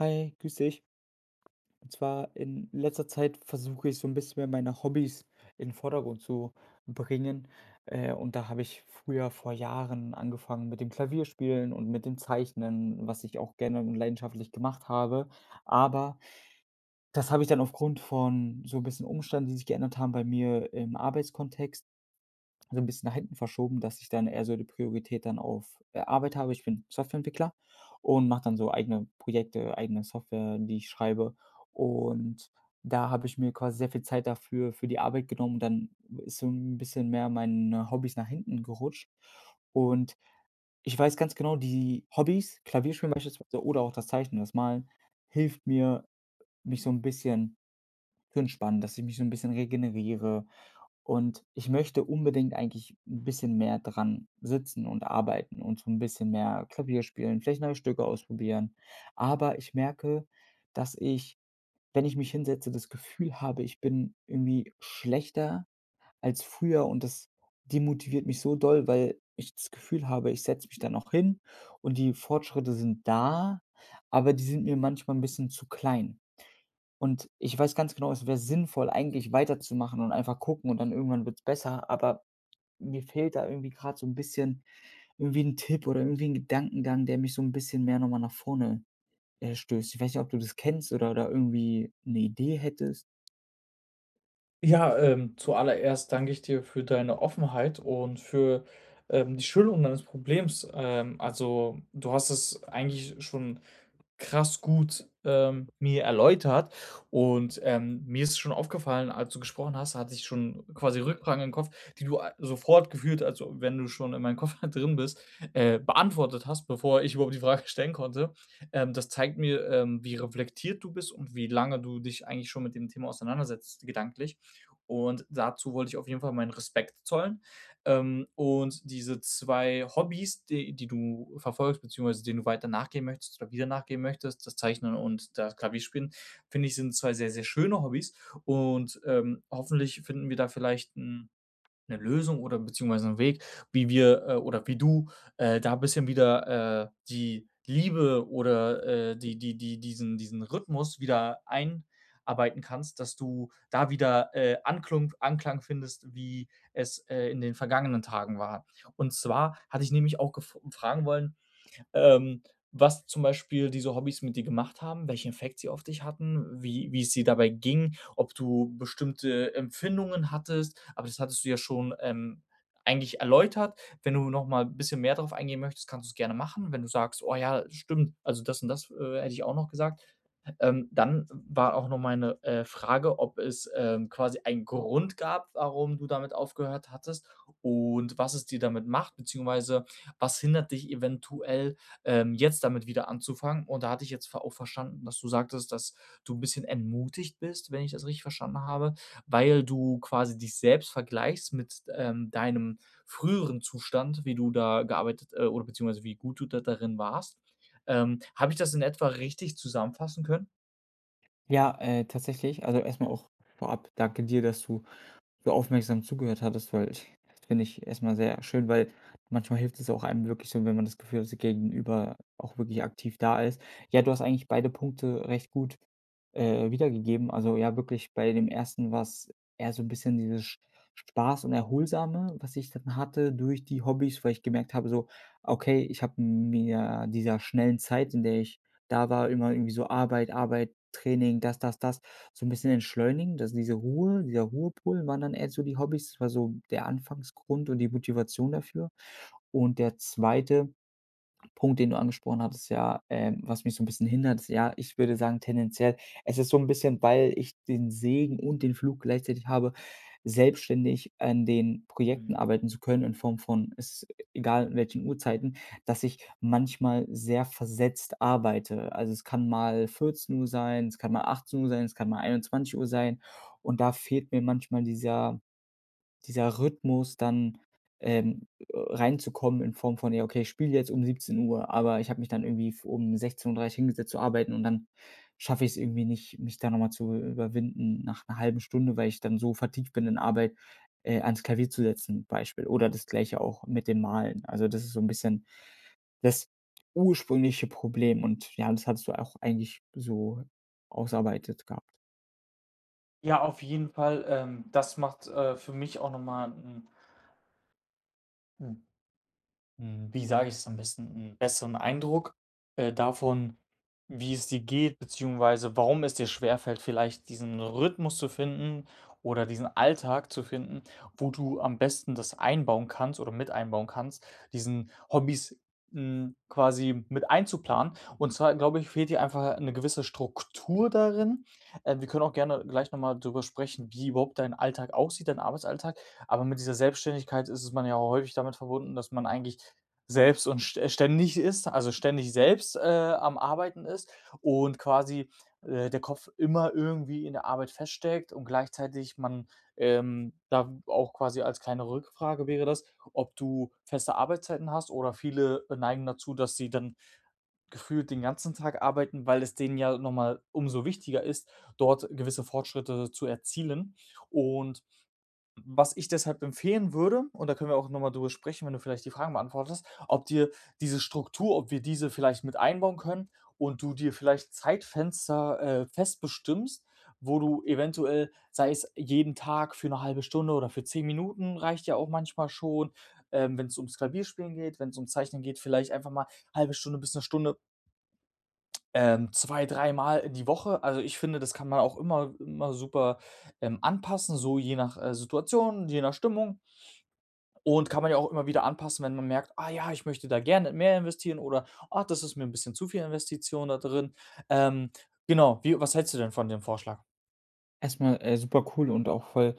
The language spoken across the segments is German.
Hi, grüß dich. Und zwar in letzter Zeit versuche ich so ein bisschen mehr meine Hobbys in den Vordergrund zu bringen. Und da habe ich früher vor Jahren angefangen mit dem Klavierspielen und mit dem Zeichnen, was ich auch gerne und leidenschaftlich gemacht habe. Aber das habe ich dann aufgrund von so ein bisschen Umständen, die sich geändert haben bei mir im Arbeitskontext so ein bisschen nach hinten verschoben, dass ich dann eher so die Priorität dann auf, Arbeit habe. Ich bin Softwareentwickler und mache dann so eigene Projekte, eigene Software, die ich schreibe. Und da habe ich mir quasi sehr viel Zeit dafür für die Arbeit genommen und dann ist so ein bisschen mehr meine Hobbys nach hinten gerutscht. Und ich weiß ganz genau, die Hobbys, Klavierspielen beispielsweise oder auch das Zeichnen, das Malen, hilft mir, mich so ein bisschen zu entspannen, dass ich mich so ein bisschen regeneriere. Und ich möchte unbedingt eigentlich ein bisschen mehr dran sitzen und arbeiten und so ein bisschen mehr Klavier spielen, vielleicht neue Stücke ausprobieren. Aber ich merke, dass ich, wenn ich mich hinsetze, das Gefühl habe, ich bin irgendwie schlechter als früher und das demotiviert mich so doll, weil ich das Gefühl habe, ich setze mich dann auch hin und die Fortschritte sind da, aber die sind mir manchmal ein bisschen zu klein. Und ich weiß ganz genau, es wäre sinnvoll, eigentlich weiterzumachen und einfach gucken und dann irgendwann wird es besser, aber mir fehlt da irgendwie gerade so ein bisschen irgendwie ein Tipp oder irgendwie ein Gedankengang, der mich so ein bisschen mehr nochmal nach vorne, stößt. Ich weiß nicht, ob du das kennst oder da irgendwie eine Idee hättest? Ja, zuallererst danke ich dir für deine Offenheit und für die Schilderung deines Problems. Also, du hast es eigentlich schon krass gut, mir erläutert. Und, mir ist schon aufgefallen, als du gesprochen hast, hatte ich schon quasi Rückfragen im Kopf, die du a sofort gefühlt, also wenn du schon in meinem Kopf drin bist, beantwortet hast, bevor ich überhaupt die Frage stellen konnte. Das zeigt mir, wie reflektiert du bist und wie lange du dich eigentlich schon mit dem Thema auseinandersetzt gedanklich. Und dazu wollte ich auf jeden Fall meinen Respekt zollen. Und diese 2 Hobbys, die du verfolgst, beziehungsweise denen du weiter nachgehen möchtest oder wieder nachgehen möchtest, das Zeichnen und das Klavierspielen, finde ich, sind 2 sehr, sehr schöne Hobbys. Und, hoffentlich finden wir da vielleicht 'n 'Ne Lösung oder beziehungsweise 'n Weg, wie wir, oder wie du, da bisschen wieder, die Liebe oder, die diesen Rhythmus wieder einarbeiten kannst, dass du da wieder, Anklung Anklang findest, wie es, in den vergangenen Tagen war. Und zwar hatte ich nämlich auch gef fragen wollen, ähm, was zum Beispiel diese Hobbys mit dir gemacht haben, welchen Effekt sie auf dich hatten, wie es dir dabei ging, ob du bestimmte Empfindungen hattest, aber das hattest du ja schon, eigentlich erläutert. Wenn du noch mal ein bisschen mehr darauf eingehen möchtest, kannst du es gerne machen. Wenn du sagst: „Oh ja, stimmt, also das und das, hätte ich auch noch gesagt.“ Dann war auch noch meine, Frage, ob es, quasi einen Grund gab, warum du damit aufgehört hattest und was es dir damit macht, beziehungsweise was hindert dich eventuell, jetzt damit wieder anzufangen. Und da hatte ich jetzt ver auch verstanden, dass du sagtest, dass du 'n bisschen entmutigt bist, wenn ich das richtig verstanden habe, weil du quasi dich selbst vergleichst mit, deinem früheren Zustand, wie du da gearbeitet, oder beziehungsweise wie gut du da darin warst. Habe ich das in etwa richtig zusammenfassen können? Ja, tatsächlich. Also, erstmal auch vorab danke dir, dass du so aufmerksam zugehört hattest, weil ich das finde ich erstmal sehr schön, weil manchmal hilft es auch einem wirklich so, wenn man das Gefühl hat, das Gegenüber auch wirklich aktiv da ist. Ja, du hast eigentlich beide Punkte recht gut, wiedergegeben. Also, ja, wirklich bei dem 1. war's eher so ein bisschen dieses Sch Spaß und Erholsame, was ich dann hatte durch die Hobbys, weil ich gemerkt habe so: „Okay, ich habe mir dieser schnellen Zeit, in der ich da war, immer irgendwie so Arbeit, Arbeit, Training, das, das, das" so 'n bisschen entschleunigen, dass dieser Ruhepol waren dann eher so die Hobbys. Das war so der Anfangsgrund und die Motivation dafür. Und der zweite Punkt, den du angesprochen hattest, ja, was mich so ein bisschen hindert, ist ja, ich würde sagen tendenziell, es ist so ein bisschen, weil ich den Segen und den Flug gleichzeitig habe, selbstständig an den Projekten Mhm. arbeiten zu können in Form von: Es ist egal in welchen Uhrzeiten, dass ich manchmal sehr versetzt arbeite. Also, es kann mal 14 Uhr sein, es kann mal 18 Uhr sein, es kann mal 21 Uhr sein und da fehlt mir manchmal dieser Rhythmus dann, ähm, reinzukommen in Form von: „Ja, okay, ich spiele jetzt um 17 Uhr, aber ich habe mich dann irgendwie f um 16:30 hingesetzt zu arbeiten und dann schaffe ich es irgendwie nicht, mich da noch mal zu überwinden, nach einer halben Stunde, weil ich dann so vertieft bin in Arbeit, ans Klavier zu setzen", Beispiel. Oder das Gleiche auch mit dem Malen. Also, das ist so ein bisschen das ursprüngliche Problem und ja, das hattest du auch eigentlich so ausarbeitet gehabt. Ja, auf jeden Fall. Das macht, für mich auch nochmal. Mal 'n hm, wie sage ich's am besten? 'N besseren Eindruck, davon, wie es dir geht, beziehungsweise warum es dir schwerfällt, vielleicht diesen Rhythmus zu finden oder diesen Alltag zu finden, wo du am besten das einbauen kannst oder mit einbauen kannst, diesen Hobbys, quasi mit einzuplanen. Und zwar, glaube ich, fehlt dir einfach eine gewisse Struktur darin. Wir können auch gerne gleich noch mal drüber sprechen, wie überhaupt dein Alltag aussieht, dein Arbeitsalltag. Aber mit dieser Selbstständigkeit ist es man ja auch häufig damit verbunden, dass man eigentlich selbst und st ständig ist, also ständig selbst, am Arbeiten ist und quasi, der Kopf immer irgendwie in der Arbeit feststeckt und gleichzeitig man, da auch quasi als kleine Rückfrage wäre das, ob du feste Arbeitszeiten hast oder viele neigen dazu, dass sie dann gefühlt den ganzen Tag arbeiten, weil es denen ja nochmal umso wichtiger ist, dort gewisse Fortschritte zu erzielen. Und was ich deshalb empfehlen würde, und da können wir auch nochmal mal drüber sprechen, wenn du vielleicht die Fragen beantwortest, ob wir diese vielleicht mit einbauen können und du dir vielleicht Zeitfenster, fest bestimmst, wo du eventuell, sei es jeden Tag für eine halbe Stunde oder für 10 Minuten reicht ja auch manchmal schon, wenn es ums Klavierspielen geht, wenn es um Zeichnen geht, vielleicht einfach mal halbe Stunde bis eine Stunde, zwei, dreimal die Woche. Also, ich finde, das kann man auch immer super, anpassen, so je nach, Situation, je nach Stimmung. Und kann man ja auch immer wieder anpassen, wenn man merkt: „Ah ja, ich möchte da gerne mehr investieren“ oder „ah, das ist mir ein bisschen zu viel Investition da drin.“ Ähm, genau, wie was hältst du denn von dem Vorschlag? Erstmal super cool und auch voll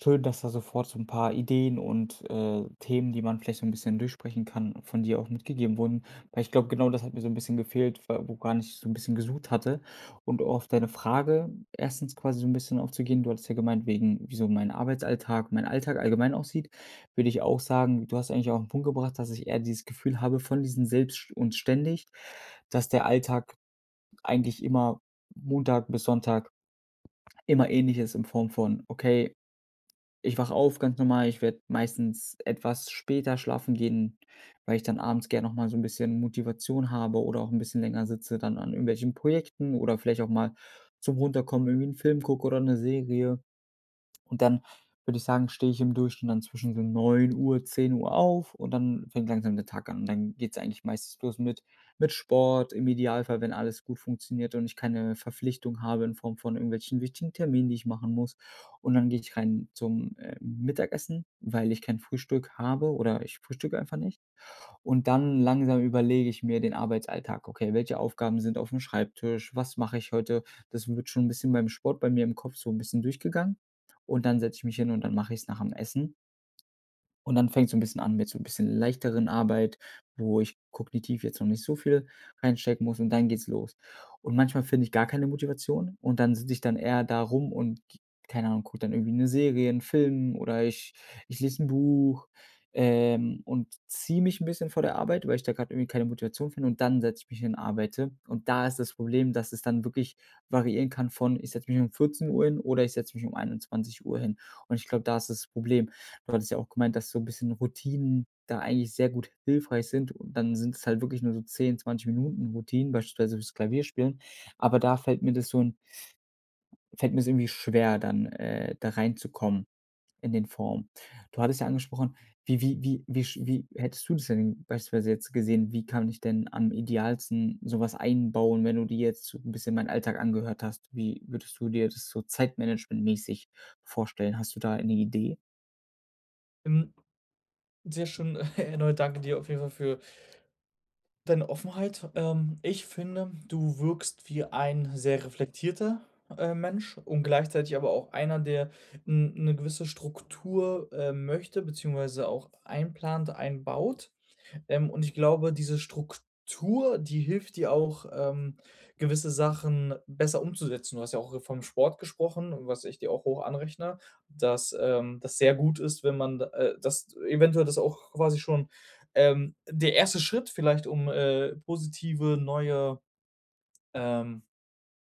schön, dass da sofort so ein paar Ideen und, Themen, die man vielleicht so ein bisschen durchsprechen kann, von dir auch mitgegeben wurden. Weil ich glaube, genau das hat mir so ein bisschen gefehlt, wa woran ich so ein bisschen gesucht hatte. Und um auf deine Frage erstens quasi so ein bisschen aufzugehen, du hattest ja gemeint, wegen wieso mein Arbeitsalltag, mein Alltag allgemein aussieht, würde ich auch sagen, du hast eigentlich auch einen Punkt gebracht, dass ich eher dieses Gefühl habe von diesem selbst und ständig, dass der Alltag eigentlich immer Montag bis Sonntag immer ähnlich ist in Form von: „Okay, ich wache auf ganz normal. Ich werde meistens etwas später schlafen gehen, weil ich dann abends gerne noch mal so ein bisschen Motivation habe oder auch ein bisschen länger sitze dann an irgendwelchen Projekten oder vielleicht auch mal zum Runterkommen irgendwie einen Film gucke oder eine Serie. Und dann würde ich sagen, stehe ich im Durchschnitt dann zwischen so 9 Uhr, 10 Uhr auf und dann fängt langsam der Tag an. Und dann geht es eigentlich meistens los mit Sport, im Idealfall, wenn alles gut funktioniert und ich keine Verpflichtung habe in Form von irgendwelchen wichtigen Terminen, die ich machen muss. Und dann gehe ich rein zum, Mittagessen, weil ich kein Frühstück habe oder ich frühstücke einfach nicht. Und dann langsam überlege ich mir den Arbeitsalltag. Okay, welche Aufgaben sind auf dem Schreibtisch? Was mache ich heute? Das wird schon ein bisschen beim Sport bei mir im Kopf so ein bisschen durchgegangen. Und dann setze ich mich hin und dann mache ich es nach dem Essen. Und dann fängt's so ein bisschen an mit so ein bisschen leichteren Arbeit, wo ich kognitiv jetzt noch nicht so viel reinstecken muss und dann geht's los. Und manchmal finde ich gar keine Motivation und dann sitze ich dann eher da rum und g keine Ahnung, gucke dann irgendwie eine Serie, einen Film oder ich lese ein Buch, und ziehe mich ein bisschen vor der Arbeit, weil ich da gerade irgendwie keine Motivation finde und dann setze ich mich hin, arbeite. Und da ist das Problem, dass es dann wirklich variieren kann von: Ich setze mich um 14 Uhr hin oder ich setze mich um 21 Uhr hin. Und ich glaube, da ist das Problem. Du hattest ja auch gemeint, dass so ein bisschen Routinen da eigentlich sehr gut hilfreich sind und dann sind es halt wirklich nur so 10, 20 Minuten Routinen, beispielsweise fürs Klavierspielen. Aber da fällt mir das so 'n fällt mir es irgendwie schwer, dann, da reinzukommen in den Form. Du hattest ja angesprochen, wie hättest du das denn beispielsweise jetzt gesehen? Wie kann ich denn am idealsten sowas einbauen, wenn du dir jetzt so 'n bisschen meinen Alltag angehört hast? Wie würdest du dir das so zeitmanagementmäßig vorstellen? Hast du da eine Idee? Hm, sehr schön. Erneut danke dir auf jeden Fall für deine Offenheit. Ich finde, du wirkst wie ein sehr reflektierter, Mensch und gleichzeitig aber auch einer, der 'n 'ne gewisse Struktur, möchte beziehungsweise auch einplant, einbaut. Und ich glaube, diese Struktur, die hilft dir auch, gewisse Sachen besser umzusetzen. Du hast ja auch vom Sport gesprochen, was ich dir auch hoch anrechne, dass, das sehr gut ist, wenn man d dass eventuell das auch quasi schon, der erste Schritt vielleicht, um, positive neue, ähm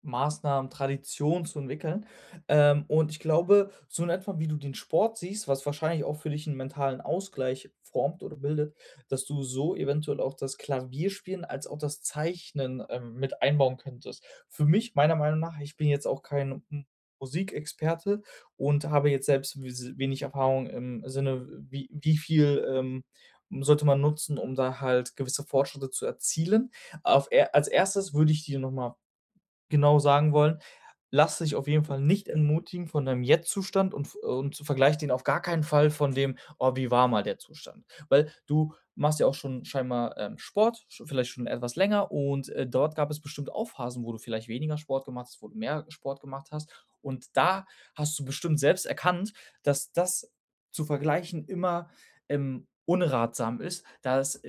Maßnahmen, Tradition zu entwickeln. Und ich glaube, so in etwa, wie du den Sport siehst, was wahrscheinlich auch für dich einen mentalen Ausgleich formt oder bildet, dass du so eventuell auch das Klavierspielen als auch das Zeichnen, mit einbauen könntest. Für mich meiner Meinung nach, ich bin jetzt auch kein M Musikexperte und habe jetzt selbst wes wenig Erfahrung im Sinne, wie viel, sollte man nutzen, um da halt gewisse Fortschritte zu erzielen. Auf er als Erstes würde ich dir noch mal genau sagen wollen: „Lass dich auf jeden Fall nicht entmutigen von deinem Jetzt-Zustand und v und vergleich den auf gar keinen Fall von dem: ‚Oh, wie war mal der Zustand?‘“ Weil du machst ja auch schon scheinbar, Sport, sch vielleicht schon etwas länger und, dort gab es bestimmt auch Phasen, wo du vielleicht weniger Sport gemacht hast, wo du mehr Sport gemacht hast. Und da hast du bestimmt selbst erkannt, dass das zu vergleichen immer, unratsam ist, da es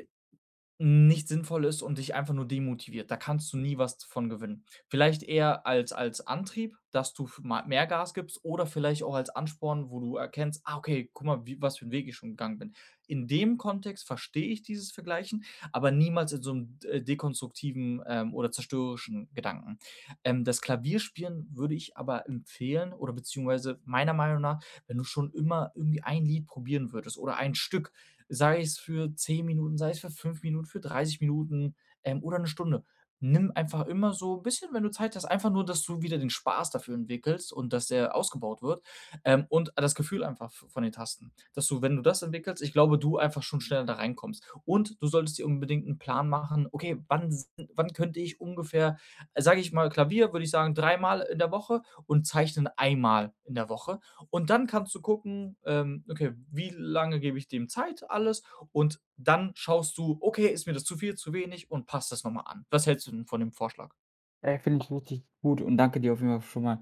nicht sinnvoll ist und dich einfach nur demotiviert. Da kannst du nie was von gewinnen. Vielleicht eher als Antrieb, dass du f ma mehr Gas gibst oder vielleicht auch als Ansporn, wo du erkennst: „Ah, okay, guck mal, wie was für 'n Weg ich schon gegangen bin.“ In dem Kontext verstehe ich dieses Vergleichen, aber niemals in so einem d dekonstruktiven, oder zerstörerischen Gedanken. Das Klavierspielen würde ich aber empfehlen oder beziehungsweise meiner Meinung nach, wenn du schon immer irgendwie ein Lied probieren würdest oder ein Stück, sei es für 10 Minuten, sei es für 5 Minuten, für 30 Minuten, oder eine Stunde. Nimm einfach immer so ein bisschen, wenn du Zeit hast, einfach nur, dass du wieder den Spaß dafür entwickelst und dass der ausgebaut wird, und das Gefühl einfach v von den Tasten, dass du, wenn du das entwickelst, ich glaube, du einfach schon schneller da reinkommst. Und du solltest dir unbedingt einen Plan machen: „Okay, wann könnte ich ungefähr“, sage ich mal, Klavier würde ich sagen, dreimal in der Woche und Zeichnen einmal in der Woche, und dann kannst du gucken, okay, wie lange gebe ich dem Zeit alles? Und dann schaust du, okay, ist mir das zu viel, zu wenig, und passt das noch mal an. Was hältst du denn von dem Vorschlag? Finde ich richtig gut und danke dir auf jeden Fall schon mal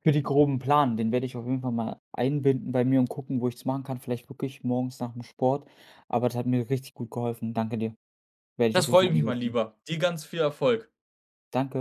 für die groben Plan. Den werde ich auf jeden Fall mal einbinden bei mir und gucken, wo ich es machen kann. Vielleicht wirklich morgens nach dem Sport, aber das hat mir richtig gut geholfen. Danke dir. Werde ich Das auf jeden Fall freut mich, mal, umsetzen. Lieber. Dir ganz viel Erfolg. Danke.